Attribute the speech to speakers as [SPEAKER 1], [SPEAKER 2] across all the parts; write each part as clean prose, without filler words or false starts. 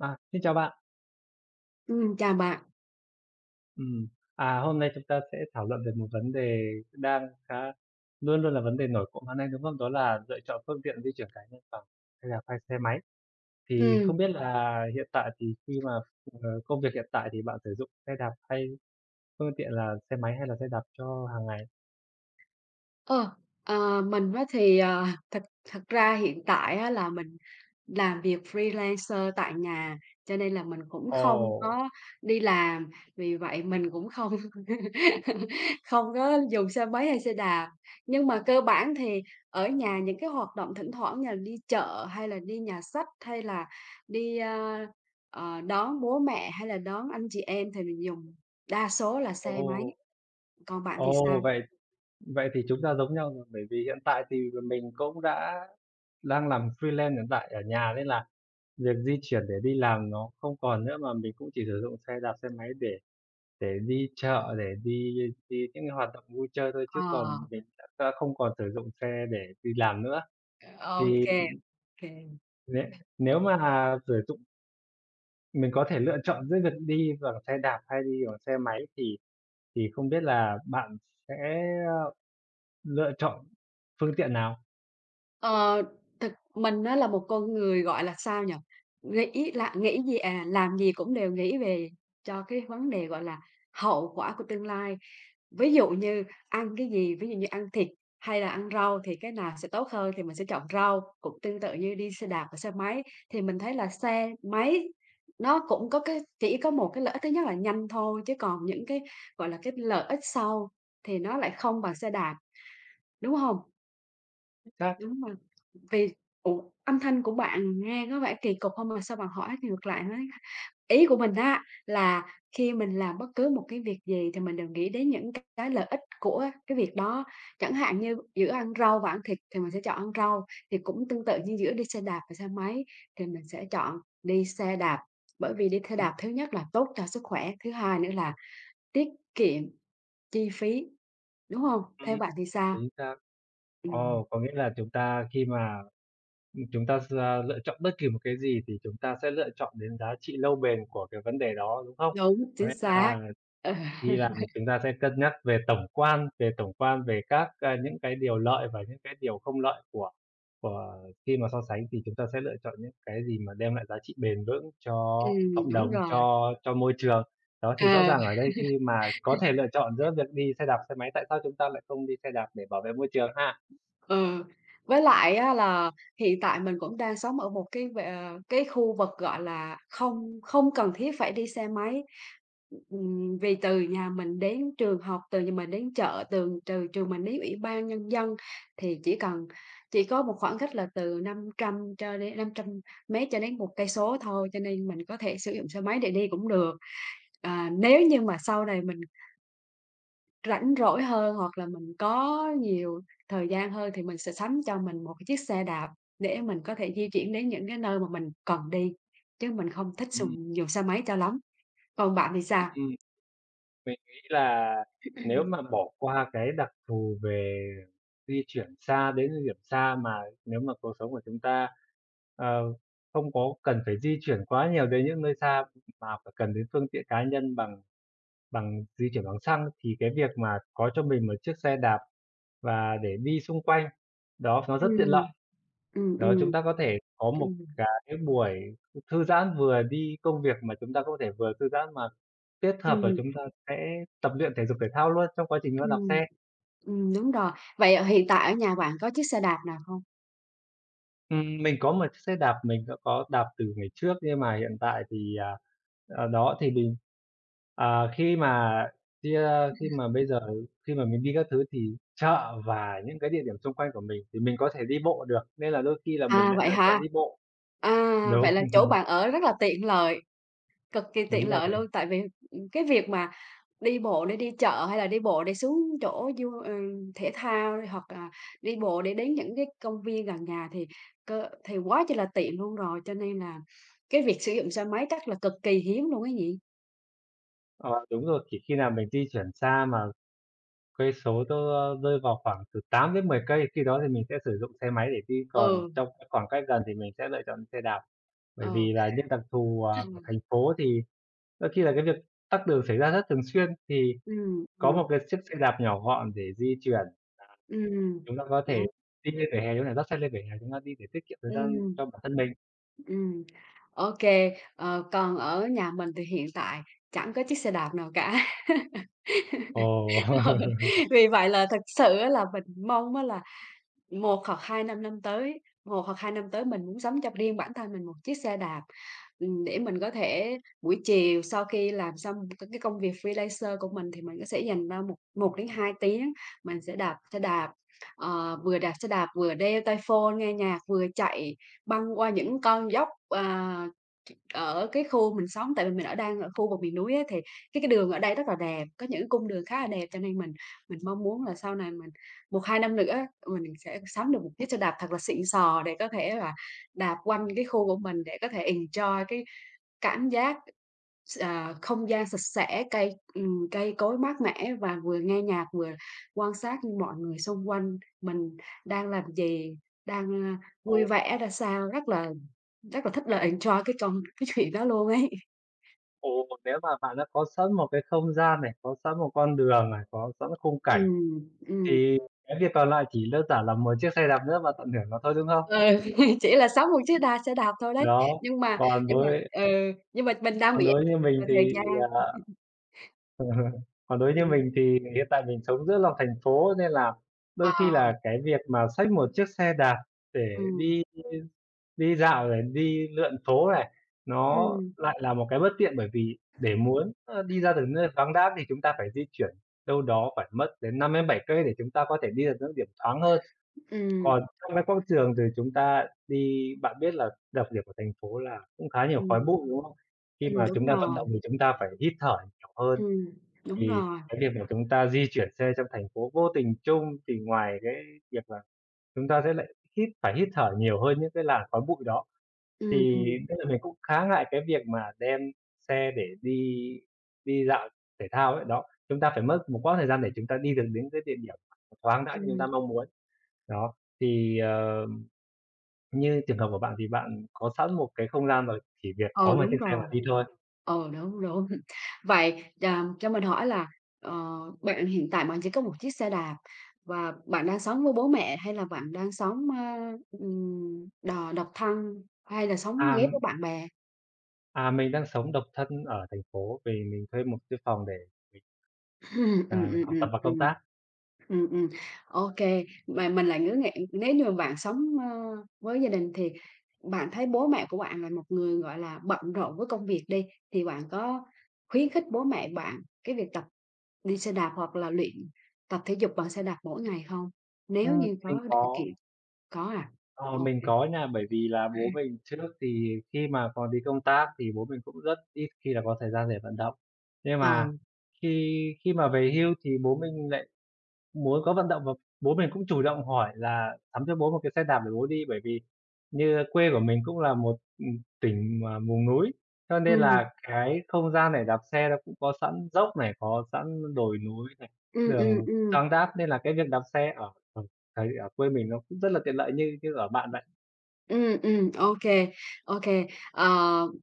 [SPEAKER 1] À, xin chào bạn.
[SPEAKER 2] Chào bạn.
[SPEAKER 1] Ừm, hôm nay chúng ta sẽ thảo luận về một vấn đề đang khá luôn luôn là vấn đề nổi cộm hôm nay, đúng không? Đó là lựa chọn phương tiện di chuyển cá nhân bằng hay là phai xe máy. Thì
[SPEAKER 2] Ừm,
[SPEAKER 1] không biết là hiện tại thì khi mà, ờ, công việc hiện tại thì bạn sử dụng xe đạp hay phương tiện là xe máy hay là xe đạp cho hàng ngày?
[SPEAKER 2] ờ, mình á thì, thật thật ra hiện tại á là mình làm việc freelancer tại nhà, cho nên là mình cũng không
[SPEAKER 1] Ồ,
[SPEAKER 2] có đi làm, vì vậy mình cũng không không có dùng xe máy hay xe đạp. Nhưng mà cơ bản thì ở nhà những cái hoạt động thỉnh thoảng như là đi chợ hay là đi nhà sách, hay là đi, a, đón bố mẹ hay là đón anh chị em thì mình dùng đa số là xe máy,
[SPEAKER 1] ồ,
[SPEAKER 2] còn bạn thì sao?
[SPEAKER 1] ồ, vậy Vậy thì chúng ta giống nhau rồi, bởi vì hiện tại thì mình cũng đang làm freelance hiện tại ở nhà nên là việc di chuyển để đi làm nó không còn nữa, mà mình cũng chỉ sử dụng xe đạp, xe máy để đi chợ, để đi đi những cái hoạt động vui chơi thôi,
[SPEAKER 2] Ờ,
[SPEAKER 1] chứ còn mình đã không còn sử dụng xe để đi làm nữa.
[SPEAKER 2] ô
[SPEAKER 1] Thì
[SPEAKER 2] kê, ô kê.
[SPEAKER 1] nếu nếu mà sử dụng mình có thể lựa chọn giữa việc đi bằng xe đạp hay đi bằng xe máy thì không biết là bạn sẽ, ơ, lựa chọn phương tiện nào?
[SPEAKER 2] Ờ, thực mình á là một con người, gọi là, sao nhỉ, nghĩ là nghĩ gì à, làm gì cũng đều nghĩ về cho cái vấn đề, gọi là, hậu quả của tương lai. Ví dụ như ăn cái gì, ví dụ như ăn thịt hay là ăn rau thì cái nào sẽ tốt hơn thì mình sẽ chọn rau. Cũng tương tự như đi xe đạp và xe máy, thì mình thấy là xe máy nó cũng có cái chỉ có một cái lợi ích thứ nhất là nhanh thôi, chứ còn những cái, gọi là, cái lợi ích sau thì nó lại không bằng xe đạp. Đúng hông?
[SPEAKER 1] Chắc
[SPEAKER 2] Đúng rồi, vì ủa, âm thanh của bạn nghe có vẻ kỳ cục hông mà sao bạn hỏi ngược lại nói ý của mình á, là khi mình làm bất cứ một cái việc gì thì mình đều nghĩ đến những cái lợi ích của cái việc đó. Chẳng hạn như giữa ăn rau và ăn thịt thì mình sẽ chọn ăn rau, thì cũng tương tự như giữa đi xe đạp và xe máy thì mình sẽ chọn đi xe đạp, bởi vì đi xe
[SPEAKER 1] Ừm,
[SPEAKER 2] đạp thứ nhất là tốt cho sức khỏe, thứ hai nữa là tiết kiệm chi phí, đúng hông?
[SPEAKER 1] ừm,
[SPEAKER 2] Theo bạn thì sao?
[SPEAKER 1] chính xác.
[SPEAKER 2] Ừm.
[SPEAKER 1] Ồ, có nghĩa là chúng ta khi mà, chúng ta lựa chọn bất kỳ một cái gì thì chúng ta sẽ lựa chọn đến giá trị lâu bền của cái vấn đề đó, đúng không?
[SPEAKER 2] Đúng,
[SPEAKER 1] Có
[SPEAKER 2] chính
[SPEAKER 1] nghĩa
[SPEAKER 2] xác.
[SPEAKER 1] là
[SPEAKER 2] Ừ.
[SPEAKER 1] khi làm chúng ta sẽ cân nhắc về tổng quan, về tổng quan về các, những cái điều lợi và những cái điều không lợi của khi mà so sánh thì chúng ta sẽ lựa chọn những cái gì mà đem lại giá trị bền vững cho cộng
[SPEAKER 2] Đúng
[SPEAKER 1] đồng,
[SPEAKER 2] rồi.
[SPEAKER 1] cho môi trường. Đó, thì rõ
[SPEAKER 2] À,
[SPEAKER 1] ràng ở đây khi mà có thể lựa chọn giữa việc đi xe đạp, xe máy, tại sao chúng ta lại không đi xe đạp để bảo vệ môi trường ha?
[SPEAKER 2] ừ. Với lại á là hiện tại mình cũng đang sống ở một cái khu vực, gọi là, không không cần thiết phải đi xe máy. Vì từ nhà mình đến trường học, từ nhà mình đến chợ, từ từ trường mình đến Ủy ban Nhân dân thì chỉ cần chỉ có một khoảng cách là từ 500 cho đến 500 mét cho đến một cây số thôi, cho nên mình có thể sử dụng xe máy để đi cũng được. À, nếu như mà sau này mình rảnh rỗi hơn hoặc là mình có nhiều thời gian hơn thì mình sẽ sắm cho mình một cái chiếc xe đạp để mình có thể di chuyển đến những cái nơi mà mình cần đi, chứ mình không thích
[SPEAKER 1] Ừm,
[SPEAKER 2] dùng dùng xe máy cho lắm. Còn bạn thì
[SPEAKER 1] ừm,
[SPEAKER 2] sao?
[SPEAKER 1] ừm. Mình nghĩ là nếu mà bỏ qua cái đặc thù về di chuyển xa đến địa điểm xa mà nếu mà cuộc sống của chúng ta, ờ, không có cần phải di chuyển quá nhiều đến những nơi xa mà phải cần đến phương tiện cá nhân bằng bằng di chuyển bằng xăng, thì cái việc mà có cho mình một chiếc xe đạp và để đi xung quanh, đó, nó rất
[SPEAKER 2] Ừm,
[SPEAKER 1] tiện lợi.
[SPEAKER 2] ừm,
[SPEAKER 1] Đó, chúng
[SPEAKER 2] ừm,
[SPEAKER 1] ta có thể có một
[SPEAKER 2] ừm,
[SPEAKER 1] cái buổi thư giãn vừa đi công việc mà chúng ta có thể vừa thư giãn mà kết hợp là
[SPEAKER 2] ừm,
[SPEAKER 1] chúng ta sẽ tập luyện thể dục thể thao luôn trong quá trình chúng ta đạp
[SPEAKER 2] ừm,
[SPEAKER 1] xe.
[SPEAKER 2] đúng rồi. Vậy, hiện tại ở nhà bạn có chiếc xe đạp nào không?
[SPEAKER 1] Mình có một chiếc xe đạp mình đã có đạp từ ngày trước nhưng mà hiện tại thì, đó, thì mình à, khi mà đi, a, khi mà bây giờ khi mà mình đi các thứ thì chợ và những cái địa điểm xung quanh của mình thì mình có thể đi bộ được, nên là đôi khi là mình
[SPEAKER 2] À,
[SPEAKER 1] lại
[SPEAKER 2] vậy
[SPEAKER 1] lựa chọn
[SPEAKER 2] hả?
[SPEAKER 1] đi bộ.
[SPEAKER 2] À, vậy
[SPEAKER 1] Đúng,
[SPEAKER 2] là chỗ bạn ở rất là tiện lợi, cực kỳ tiện
[SPEAKER 1] đúng
[SPEAKER 2] lợi
[SPEAKER 1] rồi.
[SPEAKER 2] luôn, tại vì, ừ, cái việc mà đi bộ để đi chợ hay là đi bộ để xuống thể thao hoặc là đi bộ để đến những cái công viên gần nhà thì cơ thì quá chi là tiện luôn rồi, cho nên là cái việc sử dụng xe máy chắc là cực kỳ hiếm luôn ấy nhỉ?
[SPEAKER 1] Ờ, đúng rồi, chỉ khi nào mình di chuyển xa mà cây số nó rơi vào khoảng từ 8 đến 10 cây, khi đó thì mình sẽ sử dụng xe máy để đi, còn
[SPEAKER 2] Ừ,
[SPEAKER 1] trong cái khoảng cách gần thì mình sẽ lựa chọn xe đạp. Bởi
[SPEAKER 2] ừ.
[SPEAKER 1] vì là những đặc thù,
[SPEAKER 2] À,
[SPEAKER 1] ở thành phố thì đôi khi là cái việc tắc đường xảy ra rất thường xuyên, thì
[SPEAKER 2] ừm,
[SPEAKER 1] có một
[SPEAKER 2] ừm,
[SPEAKER 1] cái chiếc xe đạp nhỏ gọn để di chuyển, à,
[SPEAKER 2] ừm,
[SPEAKER 1] chúng ta có thể
[SPEAKER 2] đúng,
[SPEAKER 1] đi lên vỉa hè chỗ này, dắt xe lên vỉa hè chúng ta đi để tiết kiệm thời gian
[SPEAKER 2] ừm,
[SPEAKER 1] cho bản thân mình.
[SPEAKER 2] ừm. Ô còn ở nhà mình thì hiện tại chẳng có chiếc xe đạp nào cả.
[SPEAKER 1] Ồ,
[SPEAKER 2] Ừ, vì vậy là thật sự á là mình mong á là một hoặc 2 năm năm tới, một hoặc 2 năm tới mình muốn sắm cho riêng bản thân mình một chiếc xe đạp. Để mình có thể buổi chiều sau khi làm xong cái công việc freelancer của mình thì mình có sẽ dành ra một một đến 2 tiếng, mình sẽ đạp xe đạp, vừa đạp xe đạp vừa đeo tai phone nghe nhạc, vừa chạy băng qua những con dốc, ở cái khu mình sống. Tại vì mình ở đang ở khu vực miền núi á, thì cái đường ở đây rất là đẹp, có những cung đường khá là đẹp, cho nên mình mong muốn là sau này mình một hai năm nữa mình sẽ sắm được một chiếc xe đạp thật là xịn sò để có thể là đạp quanh cái khu của mình để có thể enjoy cái cảm giác không gian sạch sẽ, cây, cây cối mát mẻ và vừa nghe nhạc, vừa quan sát mọi người xung quanh mình đang làm gì,
[SPEAKER 1] ồ,
[SPEAKER 2] vui vẻ ra sao, rất là thích là enjoy cái chuyện đó luôn ấy.
[SPEAKER 1] ồ, nếu mà bạn đã có sẵn một cái không gian này, có sẵn một con đường này, có sẵn khung cảnh
[SPEAKER 2] Ừm, ừm,
[SPEAKER 1] thì cái việc còn lại chỉ đơn giản là một chiếc xe đạp nữa và tận hưởng nó thôi, đúng không?
[SPEAKER 2] ừ, chỉ là sống một chiếc đạp xe đạp thôi đấy,
[SPEAKER 1] Đó,
[SPEAKER 2] nhưng mà
[SPEAKER 1] còn
[SPEAKER 2] nhưng mà
[SPEAKER 1] đối
[SPEAKER 2] ừ, nhưng mà mình đang
[SPEAKER 1] còn
[SPEAKER 2] bị
[SPEAKER 1] đối như mình
[SPEAKER 2] về thời
[SPEAKER 1] thì,
[SPEAKER 2] gian,
[SPEAKER 1] à còn đối như
[SPEAKER 2] ừm,
[SPEAKER 1] mình thì hiện tại mình sống giữa lòng thành phố nên là
[SPEAKER 2] ờ,
[SPEAKER 1] đôi khi là cái việc mà xách một chiếc xe đạp để
[SPEAKER 2] ừm,
[SPEAKER 1] đi đi dạo này, đi lượn phố này, nó
[SPEAKER 2] ừm,
[SPEAKER 1] lại là một cái bất tiện bởi vì để muốn, đi ra được nơi vắng đã thì chúng ta phải di chuyển đâu đó phải mất đến 5 đến 7 cây để chúng ta có thể đi được những điểm thoáng hơn.
[SPEAKER 2] ừm,
[SPEAKER 1] Còn trong cái quảng trường thì chúng ta đi bạn biết là đặc điểm của thành phố là cũng khá nhiều khói
[SPEAKER 2] ừm.
[SPEAKER 1] bụi, đúng không? Khi
[SPEAKER 2] Ừm,
[SPEAKER 1] mà
[SPEAKER 2] đúng
[SPEAKER 1] chúng ta vận
[SPEAKER 2] rồi,
[SPEAKER 1] động thì chúng ta phải hít thở nhiều hơn,
[SPEAKER 2] ừm, đúng
[SPEAKER 1] thì
[SPEAKER 2] rồi,
[SPEAKER 1] cái việc mà chúng ta di chuyển xe trong thành phố vô tình chung thì ngoài cái việc là chúng ta sẽ lại hít phải hít thở nhiều hơn những cái làn khói bụi đó, thì
[SPEAKER 2] ừm, ừm,
[SPEAKER 1] nên là mình cũng khá ngại cái việc mà đem xe để đi đi dạo thể thao ấy. Đó, chúng ta phải mất một quãng thời gian để chúng ta đi được đến cái địa điểm thoáng đãng như chúng ta
[SPEAKER 2] ừm,
[SPEAKER 1] mong muốn. Đó, thì, như trường hợp của bạn thì bạn có sẵn một cái không gian rồi, chỉ việc có
[SPEAKER 2] ừ,
[SPEAKER 1] một
[SPEAKER 2] đúng
[SPEAKER 1] chiếc xe mà
[SPEAKER 2] rồi.
[SPEAKER 1] đi thôi.
[SPEAKER 2] Ừ, đúng, đúng. Vậy, cho mình hỏi là, bạn hiện tại bạn chỉ có một chiếc xe đạp và bạn đang sống với bố mẹ hay là bạn đang sống đò độc thân hay là sống
[SPEAKER 1] À,
[SPEAKER 2] ghép với bạn bè?
[SPEAKER 1] à, mình đang sống độc thân ở thành phố vì mình thuê một cái phòng để mình,
[SPEAKER 2] Ừm, ừm, ừm,
[SPEAKER 1] học
[SPEAKER 2] ừm,
[SPEAKER 1] tập và công
[SPEAKER 2] ừm.
[SPEAKER 1] tác.
[SPEAKER 2] Ừm, ừm, ô kê. Mà mình lại ngỡ ngàng nếu như mà bạn sống với gia đình thì bạn thấy bố mẹ của bạn là một người, gọi là, bận rộn với công việc đi, thì bạn có khuyến khích bố mẹ bạn cái việc tập đi xe đạp hoặc là luyện tập thể dục bằng xe đạp mỗi ngày không? Nếu như
[SPEAKER 1] Mình
[SPEAKER 2] có điều
[SPEAKER 1] có
[SPEAKER 2] kiện có à?
[SPEAKER 1] ờ,
[SPEAKER 2] Ô
[SPEAKER 1] mình
[SPEAKER 2] kê.
[SPEAKER 1] có nha, bởi vì là bố mình trước thì khi mà còn đi công tác thì bố mình cũng rất ít khi là có thời gian để vận động. Nhưng
[SPEAKER 2] Ờ.
[SPEAKER 1] mà khi khi mà về hưu thì bố mình lại muốn có vận động và bố mình cũng chủ động hỏi là sắm cho bố một cái xe đạp để bố đi, bởi vì như quê của mình cũng là một, tỉnh mà vùng núi, cho nên
[SPEAKER 2] Ừm,
[SPEAKER 1] là cái không gian để đạp xe nó cũng có sẵn dốc này, có sẵn đồi núi này,
[SPEAKER 2] ừm,
[SPEAKER 1] đường
[SPEAKER 2] ừm, ừm.
[SPEAKER 1] thoáng đãng nên là cái việc đạp xe ở ở thấy ở quê mình nó cũng rất là tiện lợi như như ở bạn vậy.
[SPEAKER 2] Ô kê, ô kê. Ờ,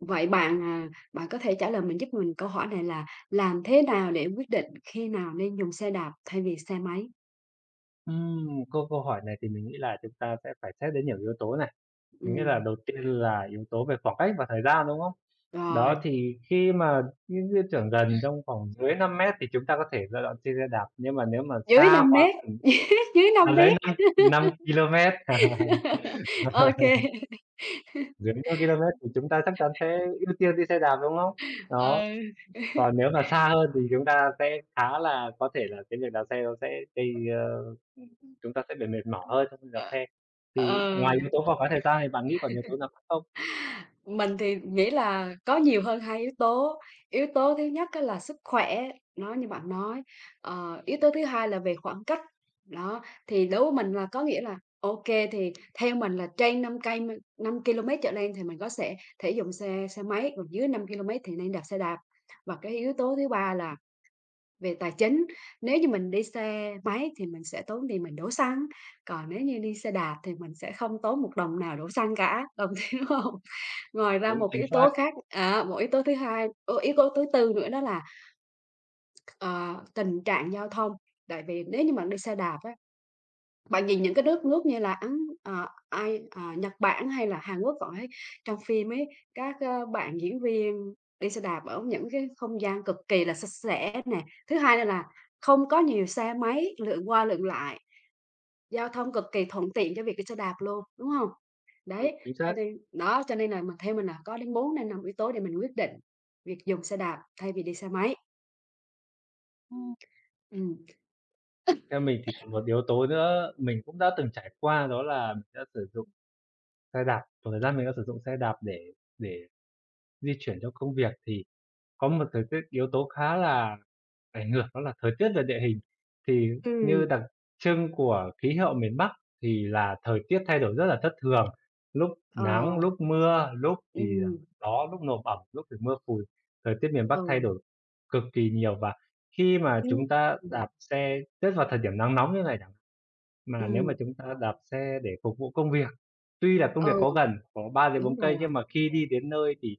[SPEAKER 2] vậy bạn, bạn có thể trả lời mình giúp mình câu hỏi này là làm thế nào để quyết định khi nào nên dùng xe đạp thay vì xe máy?
[SPEAKER 1] Câu câu hỏi này thì mình nghĩ là chúng ta sẽ phải xét đến nhiều yếu tố này, mình nghĩ là
[SPEAKER 2] Ừm,
[SPEAKER 1] đầu tiên là yếu tố về khoảng cách và thời gian, đúng không? Đó,
[SPEAKER 2] rồi,
[SPEAKER 1] thì khi mà những cái trưởng gần trong khoảng dưới 5 mét thì chúng ta có thể lựa chọn trên xe đạp, nhưng mà nếu mà
[SPEAKER 2] dưới
[SPEAKER 1] xa
[SPEAKER 2] năm
[SPEAKER 1] quá
[SPEAKER 2] mét
[SPEAKER 1] tầm
[SPEAKER 2] dưới dưới
[SPEAKER 1] dưới
[SPEAKER 2] 5m,
[SPEAKER 1] 5 5 ki-lô-mét,
[SPEAKER 2] ô kê,
[SPEAKER 1] dưới 5 ki-lô-mét thì chúng ta chắc chắn sẽ ưu tiên đi xe đạp, đúng không? Đó,
[SPEAKER 2] ừ.
[SPEAKER 1] còn nếu mà xa hơn thì chúng ta sẽ khá là có thể là cái việc đạp xe nó sẽ gây, ơ, chúng ta sẽ bị mệt mỏi
[SPEAKER 2] Ừm.
[SPEAKER 1] hơn trong khi đạp
[SPEAKER 2] Ờ,
[SPEAKER 1] xe. Thì
[SPEAKER 2] ờ.
[SPEAKER 1] ngoài yếu tố vào cái thời gian thì bạn nghĩ còn yếu tố nào khác không?
[SPEAKER 2] Mình thì nghĩ là có nhiều hơn hai yếu tố. Yếu tố thứ nhất á là sức khỏe, nó như bạn nói. Ờ, yếu tố thứ hai là về khoảng cách, đó, thì đối với mình là có nghĩa là ok thì theo mình là trên năm 5 ki-lô-mét trở lên thì mình có sẽ thể dùng xe xe máy, còn dưới 5 ki-lô-mét thì nên đạp xe đạp. Và cái yếu tố thứ ba là về tài chính, nếu như mình đi xe máy thì mình sẽ tốn tiền mình đổ xăng, còn nếu như đi xe đạp thì mình sẽ không tốn một đồng nào đổ xăng cả, đồng ý, không. Ngoài ra
[SPEAKER 1] Đúng,
[SPEAKER 2] một cái
[SPEAKER 1] chính
[SPEAKER 2] yếu tố
[SPEAKER 1] xác,
[SPEAKER 2] khác à, một yếu tố thứ hai ô, yếu tố thứ tư nữa đó là, ờ, tình trạng giao thông. Tại vì nếu như bạn đi xe đạp á, bạn nhìn những cái nước nước như là Ấn ờ, ai, ờ, Nhật Bản hay là Hàn Quốc, họ ấy trong phim ấy, bạn diễn viên đi xe đạp ở những cái không gian cực kỳ là sạch sẽ nè. Thứ hai nữa là không có nhiều xe máy lượn qua lượn lại. Giao thông cực kỳ thuận tiện cho việc đi xe đạp luôn, đúng hông? Đấy,
[SPEAKER 1] chính
[SPEAKER 2] cho
[SPEAKER 1] xác.
[SPEAKER 2] nên đó, cho nên là mình theo mình là có đến 4 yếu tố để mình quyết định việc dùng xe đạp thay vì đi xe máy. Ừm.
[SPEAKER 1] Theo mình thì còn một yếu tố nữa mình cũng đã từng trải qua đó là mình đã sử dụng xe đạp, một thời gian mình đã sử dụng xe đạp để để di chuyển trong công việc thì có một thời tiết yếu tố khá là ảnh hưởng đó là thời tiết và địa hình. Thì như
[SPEAKER 2] Ừm,
[SPEAKER 1] đặc trưng của khí hậu miền Bắc thì là thời tiết thay đổi rất là thất thường, lúc
[SPEAKER 2] ờ,
[SPEAKER 1] nắng, lúc mưa, lúc thì,
[SPEAKER 2] ừm,
[SPEAKER 1] gió, lúc nồm ẩm, lúc thì mưa phùn, thời tiết miền Bắc thay
[SPEAKER 2] ừ,
[SPEAKER 1] đổi cực kỳ nhiều. Và khi mà
[SPEAKER 2] ừm,
[SPEAKER 1] chúng ta
[SPEAKER 2] ừm,
[SPEAKER 1] đạp xe, nhất vào thời điểm nắng nóng như này chẳng mà nếu mà
[SPEAKER 2] ừm,
[SPEAKER 1] chúng ta đạp xe để phục vụ công việc, tuy là công việc
[SPEAKER 2] ừ,
[SPEAKER 1] có gần, có 3
[SPEAKER 2] đúng
[SPEAKER 1] 4 cây
[SPEAKER 2] rồi.
[SPEAKER 1] nhưng mà khi đi đến nơi thì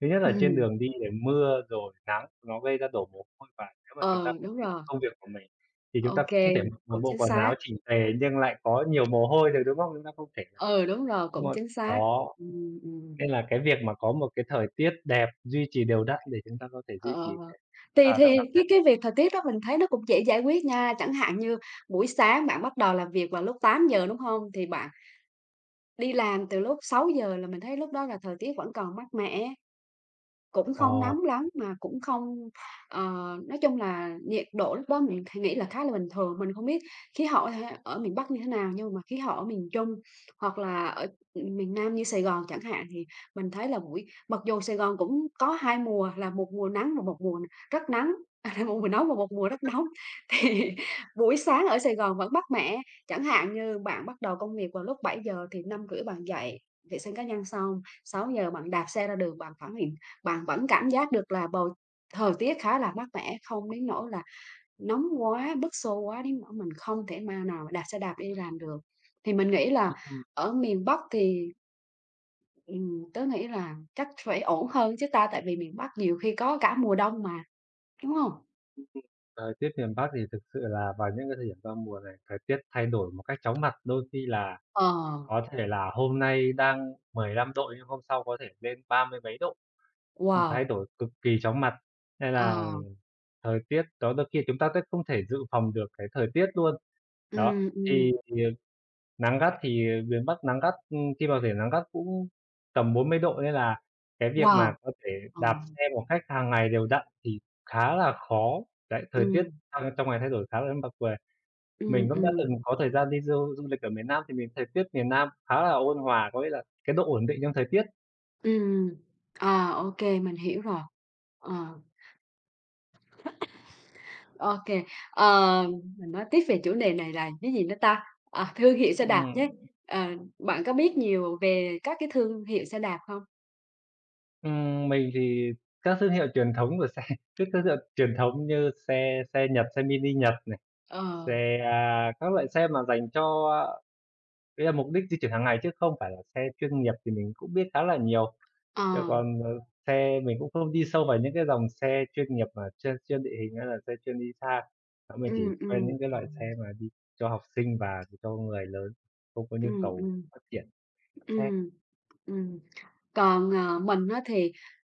[SPEAKER 1] thứ nhất là trên
[SPEAKER 2] Ừm,
[SPEAKER 1] đường đi để mưa rồi nắng nó gây ra đổ mồ hôi, và nếu mà chúng ta
[SPEAKER 2] ờ,
[SPEAKER 1] phải
[SPEAKER 2] đúng
[SPEAKER 1] đến
[SPEAKER 2] rồi,
[SPEAKER 1] công việc của mình thì chúng
[SPEAKER 2] ô
[SPEAKER 1] ta
[SPEAKER 2] kê,
[SPEAKER 1] không thể mặc một
[SPEAKER 2] cũng
[SPEAKER 1] bộ
[SPEAKER 2] chính
[SPEAKER 1] quần
[SPEAKER 2] xác.
[SPEAKER 1] áo chỉnh tề nhưng lại có nhiều mồ hôi được, đúng không? Chúng ta không thể là
[SPEAKER 2] Ừ, đúng rồi,
[SPEAKER 1] có
[SPEAKER 2] cũng
[SPEAKER 1] một
[SPEAKER 2] chính xác.
[SPEAKER 1] đó,
[SPEAKER 2] Ừm, ừm.
[SPEAKER 1] nên là cái việc mà có một cái thời tiết đẹp, duy trì đều đặn để chúng ta có thể duy trì
[SPEAKER 2] Ờ,
[SPEAKER 1] cái,
[SPEAKER 2] thì
[SPEAKER 1] động đạp xe.
[SPEAKER 2] cái việc thời tiết đó mình thấy nó cũng dễ giải quyết nha. Chẳng hạn như buổi sáng bạn bắt đầu làm việc vào lúc tám giờ đúng không? Thì bạn đi làm từ lúc sáu giờ là mình thấy lúc đó là thời tiết vẫn còn mát mẻ. Cũng không
[SPEAKER 1] Ồ.
[SPEAKER 2] nóng lắm mà cũng không ờ, nói chung là nhiệt độ lúc đó mình thì nghĩ là khá là bình thường. Mình không biết khí hậu ha ở miền Bắc như thế nào, nhưng mà khí hậu ở miền Trung hoặc là ở, ừ, miền Nam như Sài Gòn chẳng hạn, thì mình thấy là buổi mặc dù Sài Gòn cũng có 2 mùa là một mùa nắng và một mùa rất nắng, à, là một mùa nóng và một mùa rất nóng, thì buổi sáng ở Sài Gòn vẫn mát mẻ. Chẳng hạn như bạn bắt đầu công việc vào lúc bảy giờ thì năm rưỡi bạn dậy, vệ sinh cá nhân xong, sáu giờ bạn đạp xe ra đường, bạn phản bạn vẫn cảm giác được là bầu thời tiết khá là mát mẻ, không đến nỗi là nóng quá, bức xô quá đến nỗi mình không thể ma nào mà đạp xe đạp đi làm được. Thì mình nghĩ là ở miền Bắc thì, tớ nghĩ là chắc phải ổn hơn chứ ta, tại vì miền Bắc nhiều khi có cả mùa đông mà, đúng không?
[SPEAKER 1] Thời tiết miền Bắc thì thực sự là vào những cái thời điểm giao mùa này, thời tiết thay đổi một cách chóng mặt, đôi khi là
[SPEAKER 2] Ờ,
[SPEAKER 1] có thể là hôm nay đang 15 độ nhưng hôm sau có thể lên ba mươi mấy độ, thay
[SPEAKER 2] wow,
[SPEAKER 1] đổi cực kỳ chóng mặt. Nên
[SPEAKER 2] ờ,
[SPEAKER 1] là thời tiết đó đôi khi chúng ta sẽ không thể dự phòng được cái thời tiết luôn. Đó,
[SPEAKER 2] ừm,
[SPEAKER 1] thì
[SPEAKER 2] ừm,
[SPEAKER 1] nắng gắt thì miền Bắc nắng gắt, khi mà thể nắng gắt cũng tầm 40 độ nên là cái việc mà
[SPEAKER 2] wow,
[SPEAKER 1] có thể
[SPEAKER 2] ờ,
[SPEAKER 1] đạp xe một cách hàng ngày đều đặn thì khá là khó. Đấy, thời tiết
[SPEAKER 2] ừm,
[SPEAKER 1] trong trong ngày thay đổi khá là bất về.
[SPEAKER 2] ừm,
[SPEAKER 1] Mình cũng đã
[SPEAKER 2] ừm,
[SPEAKER 1] từng có thời gian đi du du lịch ở miền Nam thì mình thời tiết miền Nam khá là ôn hòa, có nghĩa là cái độ ổn định trong thời tiết.
[SPEAKER 2] ừm. À, mình hiểu rồi. Ờ. OK, ờ, mình nói tiếp về chủ đề này là cái gì nữa ta? À, thương hiệu xe đạp nhé.
[SPEAKER 1] Ừm,
[SPEAKER 2] Ờ, bạn có biết nhiều về các cái thương hiệu xe đạp không?
[SPEAKER 1] mình thì các thương hiệu truyền thống của xe các thương hiệu truyền thống như xe xe Nhật, xe mini Nhật này,
[SPEAKER 2] Ờ,
[SPEAKER 1] xe, các loại xe mà dành cho đấy là mục đích di chuyển hàng ngày chứ không phải là xe chuyên nghiệp thì mình cũng biết khá là nhiều.
[SPEAKER 2] ờ,
[SPEAKER 1] Chứ còn, xe mình cũng không đi sâu vào những cái dòng xe chuyên nghiệp mà chuyên chuyên địa hình hay là xe chuyên đi xa. Đó, mình chỉ
[SPEAKER 2] ừ, ừ,
[SPEAKER 1] quen những cái loại xe mà đi cho học sinh và cho người lớn không có
[SPEAKER 2] ừ.
[SPEAKER 1] nhu cầu
[SPEAKER 2] ừm,
[SPEAKER 1] phát triển xe.
[SPEAKER 2] ừm, ừm. Còn, mình á thì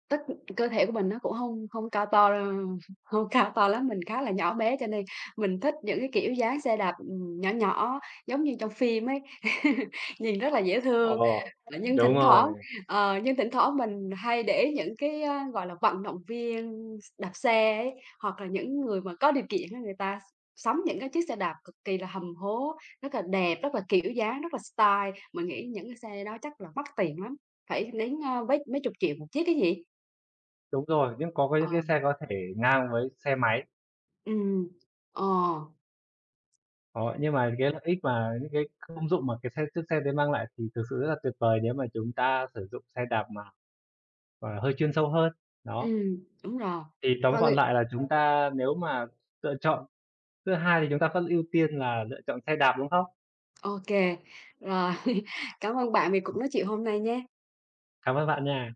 [SPEAKER 2] tất cơ thể của mình nó cũng không không cao to không cao to lắm, mình khá là nhỏ bé cho nên mình thích những cái kiểu dáng xe đạp, nhỏ nhỏ giống như trong phim ấy, nhìn rất là dễ
[SPEAKER 1] Ờ,
[SPEAKER 2] thương. Ờ, nhưng
[SPEAKER 1] đúng
[SPEAKER 2] thỉnh thoảng
[SPEAKER 1] rồi,
[SPEAKER 2] nhưng thỉnh thoảng mình hay để ý những cái gọi là, vận động viên đạp xe ấy, hoặc là những người mà có điều kiện á, người ta sắm những cái chiếc xe đạp cực kỳ là hầm hố, rất là đẹp, rất là kiểu dáng, rất là style. Mình nghĩ những cái xe đó chắc là mắc tiền lắm, phải đến, mấy mấy chục triệu một chiếc ấy nhỉ?
[SPEAKER 1] đúng rồi, nhưng có cái những
[SPEAKER 2] Ờ,
[SPEAKER 1] cái xe có thể ngang với xe máy.
[SPEAKER 2] ừm, ờ,
[SPEAKER 1] Đó, nhưng mà cái lợi ích mà những cái công dụng mà cái xe chiếc xe đấy mang lại thì thực sự rất là tuyệt vời nếu mà chúng ta sử dụng xe đạp mà gọi là, hơi chuyên sâu hơn. Đó,
[SPEAKER 2] ừm, đúng rồi.
[SPEAKER 1] thì tóm gọn
[SPEAKER 2] Thôi
[SPEAKER 1] lại là chúng ta nếu mà lựa chọn thứ hai thì chúng ta vẫn ưu tiên là lựa chọn xe đạp, đúng không?
[SPEAKER 2] ô kê, rồi, cảm ơn bạn vì cuộc
[SPEAKER 1] Ừm,
[SPEAKER 2] nói chuyện hôm nay nha.
[SPEAKER 1] cảm ơn bạn nha.